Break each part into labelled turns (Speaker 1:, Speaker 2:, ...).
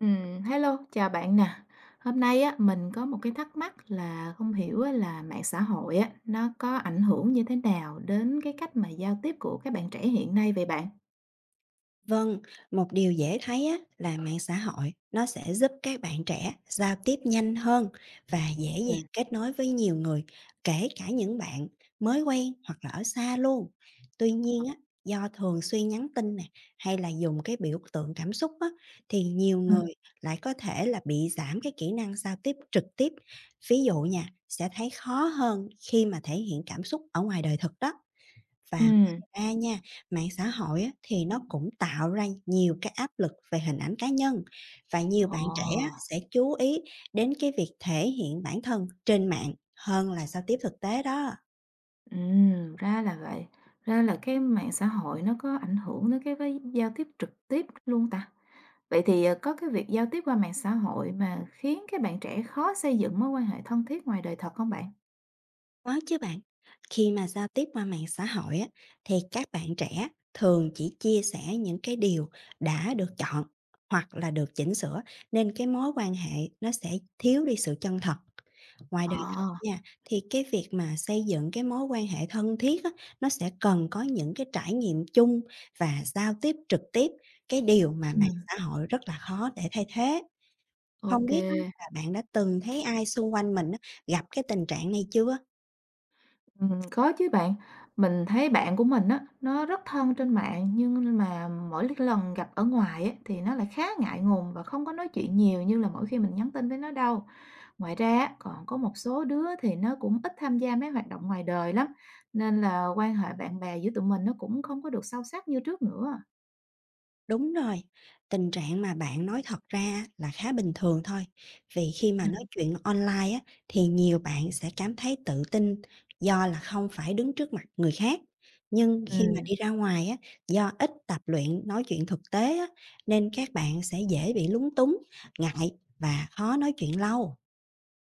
Speaker 1: Hello, chào bạn nè. Hôm nay á, mình có một cái thắc mắc là không hiểu á, là mạng xã hội á, nó có ảnh hưởng như thế nào đến cái cách mà giao tiếp của các bạn trẻ hiện nay vậy bạn?
Speaker 2: Vâng, một điều dễ thấy á, là mạng xã hội nó sẽ giúp các bạn trẻ giao tiếp nhanh hơn và dễ
Speaker 1: Ừ.
Speaker 2: dàng kết nối với nhiều người, kể cả những bạn mới quen hoặc là ở xa luôn. Tuy nhiên á, do thường xuyên nhắn tin nè hay là dùng cái biểu tượng cảm xúc á, thì nhiều
Speaker 1: Ừ.
Speaker 2: người lại có thể là bị giảm cái kỹ năng giao tiếp trực tiếp. Ví dụ nha, sẽ thấy khó hơn khi mà thể hiện cảm xúc ở ngoài đời thực đó. Và
Speaker 1: Ừ.
Speaker 2: ngoài ra nha, mạng xã hội á, thì nó cũng tạo ra nhiều cái áp lực về hình ảnh cá nhân và nhiều
Speaker 1: Ồ.
Speaker 2: bạn trẻ á, sẽ chú ý đến cái việc thể hiện bản thân trên mạng hơn là giao tiếp thực tế đó.
Speaker 1: Ừ, ra là vậy. Ra là cái mạng xã hội nó có ảnh hưởng đến cái với giao tiếp trực tiếp luôn ta. Vậy thì có cái việc giao tiếp qua mạng xã hội mà khiến các bạn trẻ khó xây dựng mối quan hệ thân thiết ngoài đời thật không bạn?
Speaker 2: Có chứ bạn. Khi mà giao tiếp qua mạng xã hội á, thì các bạn trẻ thường chỉ chia sẻ những cái điều đã được chọn hoặc là được chỉnh sửa nên cái mối quan hệ nó sẽ thiếu đi sự chân thật. Ngoài
Speaker 1: Ờ,
Speaker 2: đời thật nha, thì cái việc mà xây dựng cái mối quan hệ thân thiết á, nó sẽ cần có những cái trải nghiệm chung và giao tiếp trực tiếp, cái điều mà mạng
Speaker 1: ừm,
Speaker 2: xã hội rất là khó để thay thế. Không
Speaker 1: ok.
Speaker 2: biết á, là bạn đã từng thấy ai xung quanh mình á, gặp cái tình trạng này chưa?
Speaker 1: Có chứ bạn. Mình thấy bạn của mình á, nó rất thân trên mạng nhưng mà mỗi lần gặp ở ngoài á, thì nó lại khá ngại ngùng và không có nói chuyện nhiều như là mỗi khi mình nhắn tin với nó đâu. Ngoài ra á, còn có một số đứa thì nó cũng ít tham gia mấy hoạt động ngoài đời lắm, nên là quan hệ bạn bè giữa tụi mình nó cũng không có được sâu sắc như trước nữa.
Speaker 2: Đúng rồi, tình trạng mà bạn nói thật ra là khá bình thường thôi, vì khi mà
Speaker 1: Ừm.
Speaker 2: nói chuyện online á, thì nhiều bạn sẽ cảm thấy tự tin do là không phải đứng trước mặt người khác. Nhưng khi mà
Speaker 1: Ừm,
Speaker 2: đi ra ngoài á, do ít tập luyện nói chuyện thực tế á, nên các bạn sẽ dễ bị lúng túng, ngại và khó nói chuyện lâu.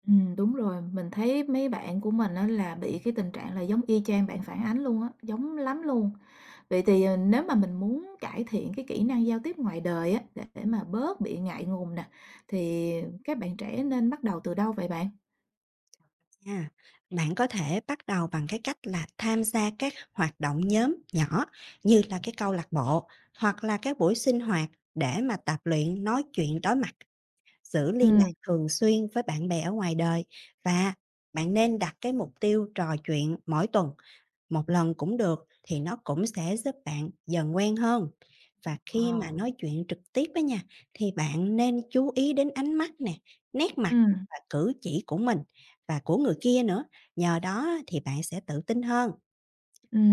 Speaker 1: Đúng rồi, mình thấy mấy bạn của mình á là bị cái tình trạng là giống y chang bạn phản ánh luôn á, giống lắm luôn. Vậy thì, nếu mà mình muốn cải thiện cái kỹ năng giao tiếp ngoài đời á, để mà bớt bị ngại ngùng nè, thì các bạn trẻ nên bắt đầu từ đâu vậy bạn?
Speaker 2: Nha, bạn có thể bắt đầu bằng cái cách là tham gia các hoạt động nhóm nhỏ như là cái câu lạc bộ hoặc là các buổi sinh hoạt để mà tập luyện nói chuyện đối mặt, giữ liên
Speaker 1: Ừm.
Speaker 2: lạc thường xuyên với bạn bè ở ngoài đời, và bạn nên đặt cái mục tiêu trò chuyện mỗi tuần một lần cũng được, thì nó cũng sẽ giúp bạn dần quen hơn. Và khi mà
Speaker 1: Ờ.
Speaker 2: nói chuyện trực tiếp á nha, thì bạn nên chú ý đến ánh mắt nè, nét mặt
Speaker 1: Ừm,
Speaker 2: và cử chỉ của mình và của người kia nữa. Nhờ đó thì bạn sẽ tự tin hơn.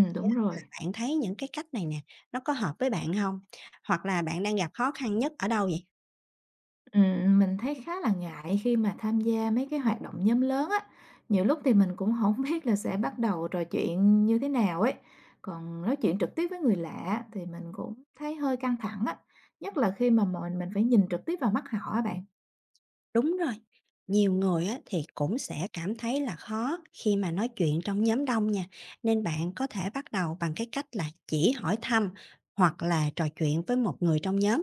Speaker 2: Thì á,
Speaker 1: đúng
Speaker 2: là
Speaker 1: rồi.
Speaker 2: bạn thấy những cái cách này nè, nó có hợp với bạn không? Hoặc là bạn đang gặp khó khăn nhất ở đâu vậy?
Speaker 1: Mình thấy khá là ngại khi mà tham gia mấy cái hoạt động nhóm lớn á. Nhiều lúc thì mình cũng không biết là sẽ bắt đầu trò chuyện như thế nào ấy. Còn nói chuyện trực tiếp với người lạ thì mình cũng thấy hơi căng thẳng á, nhất là khi mà mồi mình phải nhìn trực tiếp vào mắt họ á bạn.
Speaker 2: Đúng rồi, nhiều người á, thì cũng sẽ cảm thấy là khó khi mà nói chuyện trong nhóm đông nha, nên bạn có thể bắt đầu bằng cái cách là chỉ hỏi thăm hoặc là trò chuyện với một người trong nhóm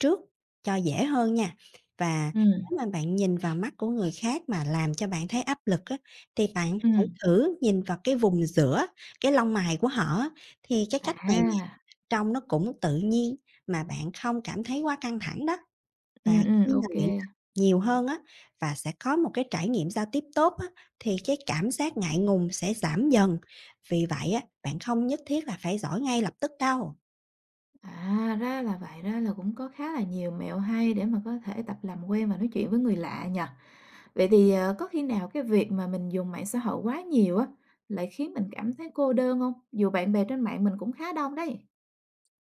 Speaker 2: trước cho dễ hơn nha. Và
Speaker 1: Ừm,
Speaker 2: nếu mà bạn nhìn vào mắt của người khác mà làm cho bạn thấy áp lực á, thì bạn hãy
Speaker 1: ừm,
Speaker 2: thử nhìn vào cái vùng giữa cái lông mày của họ á. Thì cái cách này nè,
Speaker 1: à.
Speaker 2: trông nó cũng tự nhiên mà bạn không cảm thấy quá căng thẳng đó.
Speaker 1: Ừ,
Speaker 2: Và
Speaker 1: ừ,
Speaker 2: khi mà
Speaker 1: ok kê.
Speaker 2: luyện tập nhiều hơn á, và sẽ có một cái trải nghiệm giao tiếp tốt á, thì cái cảm giác ngại ngùng sẽ giảm dần. Vì vậy á, bạn không nhất thiết là phải giỏi ngay lập tức đâu.
Speaker 1: À, ra là vậy, ra là cũng có khá là nhiều mẹo hay để mà có thể tập làm quen và nói chuyện với người lạ nhỉ? Vậy thì, có khi nào cái việc mà mình dùng mạng xã hội quá nhiều á, lại khiến mình cảm thấy cô đơn không? Dù bạn bè trên mạng mình cũng khá đông đấy.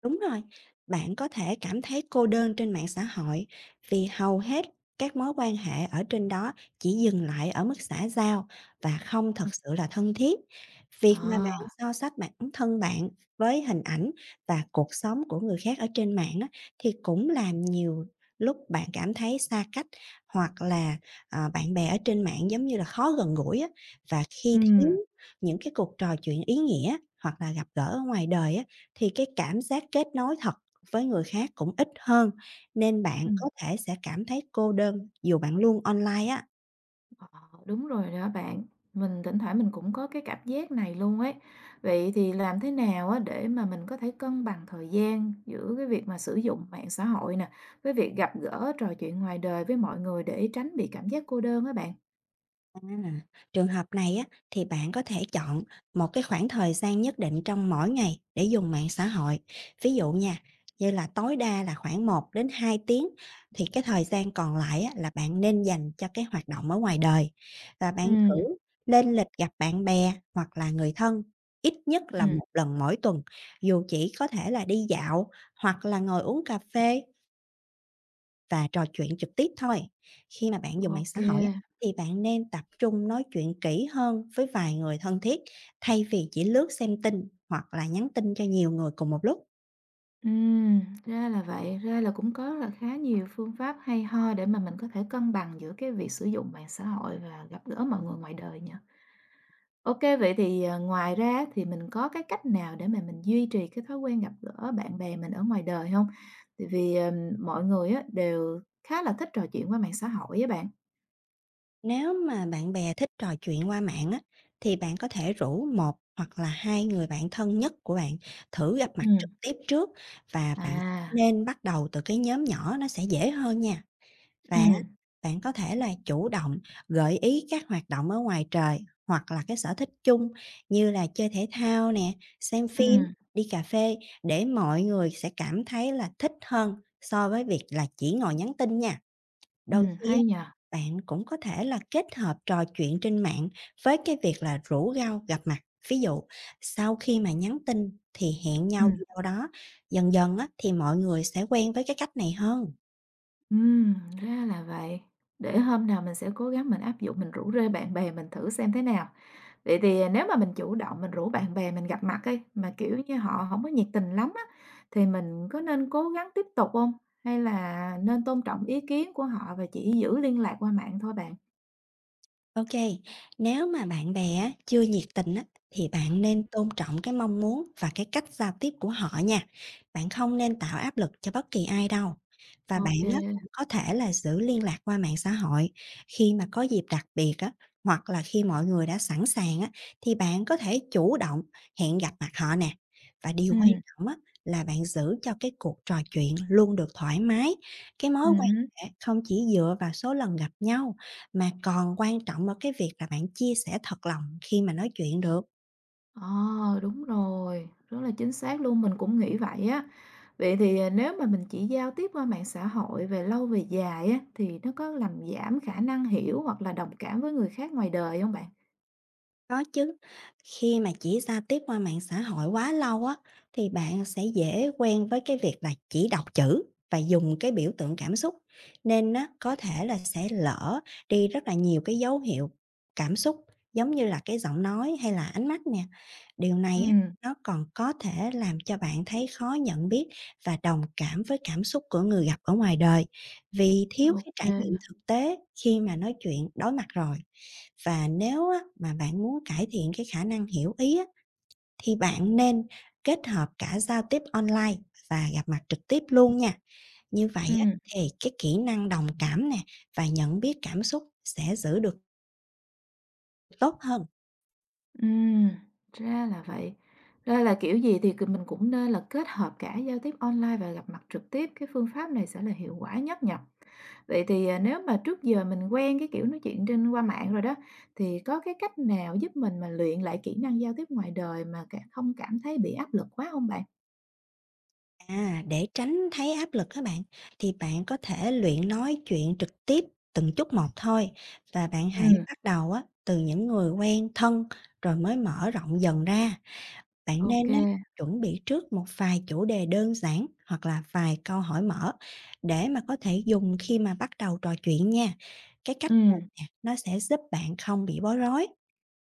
Speaker 2: Đúng rồi, bạn có thể cảm thấy cô đơn trên mạng xã hội vì hầu hết các mối quan hệ ở trên đó chỉ dừng lại ở mức xã giao và không thật
Speaker 1: Ừm.
Speaker 2: sự là thân thiết.
Speaker 1: Ờ,
Speaker 2: Việc mà bạn so sánh bản thân bạn với hình ảnh và cuộc sống của người khác ở trên mạng á, thì cũng làm nhiều lúc bạn cảm thấy xa cách, hoặc là bạn bè ở trên mạng giống như là khó gần gũi á, và khi thiếu
Speaker 1: ừ,
Speaker 2: những cái cuộc trò chuyện ý nghĩa hoặc là gặp gỡ ở ngoài đời á, thì cái cảm giác kết nối thật với người khác cũng ít hơn, nên bạn
Speaker 1: ừm.
Speaker 2: có thể sẽ cảm thấy cô đơn dù bạn luôn online á.
Speaker 1: Ờ, đúng rồi đó bạn. Mình thỉnh thoảng mình cũng có cái cảm giác này luôn ấy. Vậy thì làm thế nào á để mà mình có thể cân bằng thời gian giữa cái việc mà sử dụng mạng xã hội nè, với việc gặp gỡ trò chuyện ngoài đời với mọi người để tránh bị cảm giác cô đơn á bạn?
Speaker 2: À, trường hợp này á, thì bạn có thể chọn một cái khoảng thời gian nhất định trong mỗi ngày để dùng mạng xã hội. Ví dụ nha, như là tối đa là khoảng 1 đến 2 tiếng, thì cái thời gian còn lại á, là bạn nên dành cho cái hoạt động ở ngoài đời. Và
Speaker 1: Ừ,
Speaker 2: bạn thử lên lịch gặp bạn bè hoặc là người thân ít nhất là
Speaker 1: ừm.
Speaker 2: một lần mỗi tuần, dù chỉ có thể là đi dạo hoặc là ngồi uống cà phê và trò chuyện trực tiếp thôi. Khi mà bạn dùng mạng xã hội á,
Speaker 1: OK.
Speaker 2: thì bạn nên tập trung nói chuyện kỹ hơn với vài người thân thiết, thay vì chỉ lướt xem tin hoặc là nhắn tin cho nhiều người cùng một lúc.
Speaker 1: Ừ, ra là vậy, ra là cũng có là khá nhiều phương pháp hay ho để mà mình có thể cân bằng giữa cái việc sử dụng mạng xã hội và gặp gỡ mọi người ngoài đời nhỉ? OK vậy thì, ngoài ra thì mình có cái cách nào để mà mình duy trì cái thói quen gặp gỡ bạn bè mình ở ngoài đời không? Tại vì, mọi người á, đều khá là thích trò chuyện qua mạng xã hội với bạn.
Speaker 2: Nếu mà bạn bè thích trò chuyện qua mạng á, thì bạn có thể rủ một hoặc là hai người bạn thân nhất của bạn thử gặp mặt trực
Speaker 1: Ừm.
Speaker 2: tiếp trước, và bạn
Speaker 1: À,
Speaker 2: nên bắt đầu từ cái nhóm nhỏ, nó sẽ dễ hơn nha. Và á,
Speaker 1: ừm,
Speaker 2: bạn có thể là chủ động gợi ý các hoạt động ở ngoài trời hoặc là cái sở thích chung, như là chơi thể thao nè, xem phim,
Speaker 1: ừm,
Speaker 2: đi cà phê, để mọi người sẽ cảm thấy là thích hơn so với việc là chỉ ngồi nhắn tin nha. Đôi khi á,
Speaker 1: hay nhỉ?
Speaker 2: bạn cũng có thể là kết hợp trò chuyện trên mạng với cái việc là rủ rau gặp mặt. Ví dụ, sau khi mà nhắn tin thì hẹn nhau
Speaker 1: Ừm.
Speaker 2: đi đâu đó, dần dần á, thì mọi người sẽ quen với cái cách này hơn.
Speaker 1: Ừm, Ra là vậy. Để hôm nào mình sẽ cố gắng mình áp dụng, mình rủ rê bạn bè mình thử xem thế nào. Vậy thì, à, nếu mà mình chủ động mình rủ bạn bè mình gặp mặt ấy mà, kiểu như, họ không có nhiệt tình lắm á, thì mình có nên cố gắng tiếp tục không? Hay là nên tôn trọng ý kiến của họ và chỉ giữ liên lạc qua mạng thôi bạn?
Speaker 2: OK, nếu mà bạn bè á, chưa nhiệt tình á, thì bạn nên tôn trọng cái mong muốn và cái cách giao tiếp của họ nha. Bạn không nên tạo áp lực cho bất kỳ ai đâu. Và bạn
Speaker 1: OK.
Speaker 2: á,
Speaker 1: Ừ,
Speaker 2: cũng có thể là giữ liên lạc qua mạng xã hội, khi mà có dịp đặc biệt á, hoặc là khi mọi người đã sẵn sàng á, thì bạn có thể chủ động hẹn gặp mặt họ nè. Và điều
Speaker 1: ừ.
Speaker 2: quan trọng á, là bạn giữ cho cái cuộc trò chuyện luôn được thoải mái, cái mối quan hệ không chỉ dựa vào số lần gặp nhau mà còn quan trọng ở cái việc là bạn chia sẻ thật lòng khi mà nói chuyện được.
Speaker 1: Ờ, đúng rồi, rất là chính xác luôn, mình cũng nghĩ vậy á. Vậy thì, à, nếu mà mình chỉ giao tiếp qua mạng xã hội về lâu về dài á, thì nó có làm giảm khả năng hiểu hoặc là đồng cảm với người khác ngoài đời không bạn?
Speaker 2: Có chứ, khi mà chỉ giao tiếp qua mạng xã hội quá lâu á, thì bạn sẽ dễ quen với cái việc là chỉ đọc chữ và dùng cái biểu tượng cảm xúc, nên á, có thể là sẽ lỡ đi rất là nhiều cái dấu hiệu cảm xúc, giống như là cái giọng nói hay là ánh mắt nè. Điều này á,
Speaker 1: Ừm.
Speaker 2: nó còn có thể làm cho bạn thấy khó nhận biết và đồng cảm với cảm xúc của người gặp ở ngoài đời, vì thiếu
Speaker 1: Ok
Speaker 2: cái trải
Speaker 1: kê,
Speaker 2: nghiệm thực tế khi mà nói chuyện đối mặt rồi. Và nếu á, mà bạn muốn cải thiện cái khả năng hiểu ý á, thì bạn nên kết hợp cả giao tiếp online và gặp mặt trực tiếp luôn nha. Như vậy á,
Speaker 1: ừm,
Speaker 2: thì cái kỹ năng đồng cảm nè và nhận biết cảm xúc sẽ giữ được tốt hơn.
Speaker 1: ra là vậy. Ra là, kiểu gì thì mình cũng nên là kết hợp cả giao tiếp online và gặp mặt trực tiếp, cái phương pháp này sẽ là hiệu quả nhất nhỉ? Vậy thì, à, nếu mà trước giờ mình quen cái kiểu nói chuyện trên qua mạng rồi đó, thì có cái cách nào giúp mình mà luyện lại kỹ năng giao tiếp ngoài đời mà cả không cảm thấy bị áp lực quá không bạn?
Speaker 2: À, để tránh thấy áp lực các bạn, thì bạn có thể luyện nói chuyện trực tiếp từng chút một thôi, và bạn hãy
Speaker 1: Ừm,
Speaker 2: bắt đầu á, từ những người quen thân rồi mới mở rộng dần ra. Bạn
Speaker 1: ô
Speaker 2: nên
Speaker 1: kê,
Speaker 2: á, chuẩn bị trước một vài chủ đề đơn giản hoặc là vài câu hỏi mở để mà có thể dùng khi mà bắt đầu trò chuyện nha. Cái cách này nè, nó sẽ giúp bạn không bị bối rối,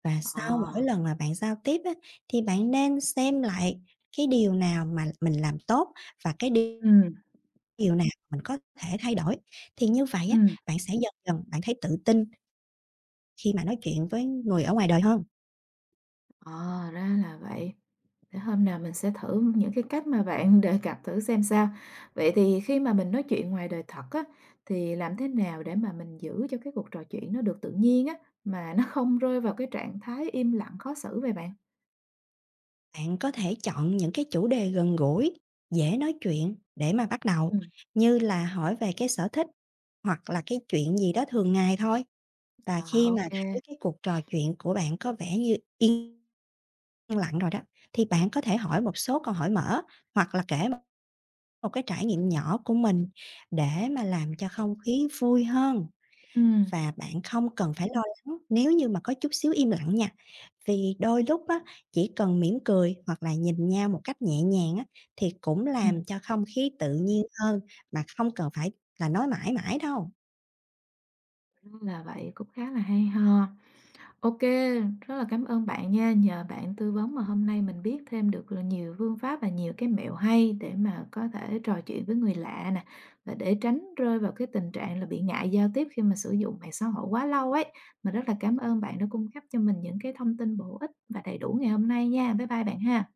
Speaker 2: và sau mỗi
Speaker 1: Ờ,
Speaker 2: lần mà bạn giao tiếp á, thì bạn nên xem lại cái điều nào mà mình làm tốt và cái điều
Speaker 1: ừ,
Speaker 2: điều nào mình có thể thay đổi. Thì như vậy á,
Speaker 1: ừm.
Speaker 2: bạn sẽ dần dần bạn thấy tự tin khi mà nói chuyện với người ở ngoài đời hơn.
Speaker 1: ờ, Ra là vậy. Để hôm nào mình sẽ thử những cái cách mà bạn đề cập thử xem sao. Vậy thì khi mà mình nói chuyện ngoài đời thật á, thì làm thế nào để mà mình giữ cho cái cuộc trò chuyện nó được tự nhiên á, mà nó không rơi vào cái trạng thái im lặng khó xử vậy bạn?
Speaker 2: Bạn có thể chọn những cái chủ đề gần gũi, dễ nói chuyện để mà bắt đầu, như là hỏi về cái sở thích hoặc là cái chuyện gì đó thường ngày thôi. Và
Speaker 1: À,
Speaker 2: khi
Speaker 1: ô
Speaker 2: mà
Speaker 1: kê.
Speaker 2: thấy cái cuộc trò chuyện của bạn có vẻ như yên lặng rồi đó, thì bạn có thể hỏi một số câu hỏi mở hoặc là kể một cái trải nghiệm nhỏ của mình để mà làm cho không khí vui hơn.
Speaker 1: Ừm.
Speaker 2: Và bạn không cần phải lo lắng nếu như mà có chút xíu im lặng nha, vì đôi lúc á, chỉ cần mỉm cười hoặc là nhìn nhau một cách nhẹ nhàng á, thì cũng làm cho không khí tự nhiên hơn mà không cần phải là nói mãi mãi đâu.
Speaker 1: Đúng là vậy, cũng khá là hay ho. Ok, rất là cảm ơn bạn nha, nhờ bạn tư vấn mà hôm nay mình biết thêm được là nhiều phương pháp và nhiều cái mẹo hay để mà có thể trò chuyện với người lạ nè, và để tránh rơi vào cái tình trạng là bị ngại giao tiếp khi mà sử dụng mạng xã hội quá lâu ấy. Mình rất là cảm ơn bạn đã cung cấp cho mình những cái thông tin bổ ích và đầy đủ ngày hôm nay nha. Bye bye bạn ha.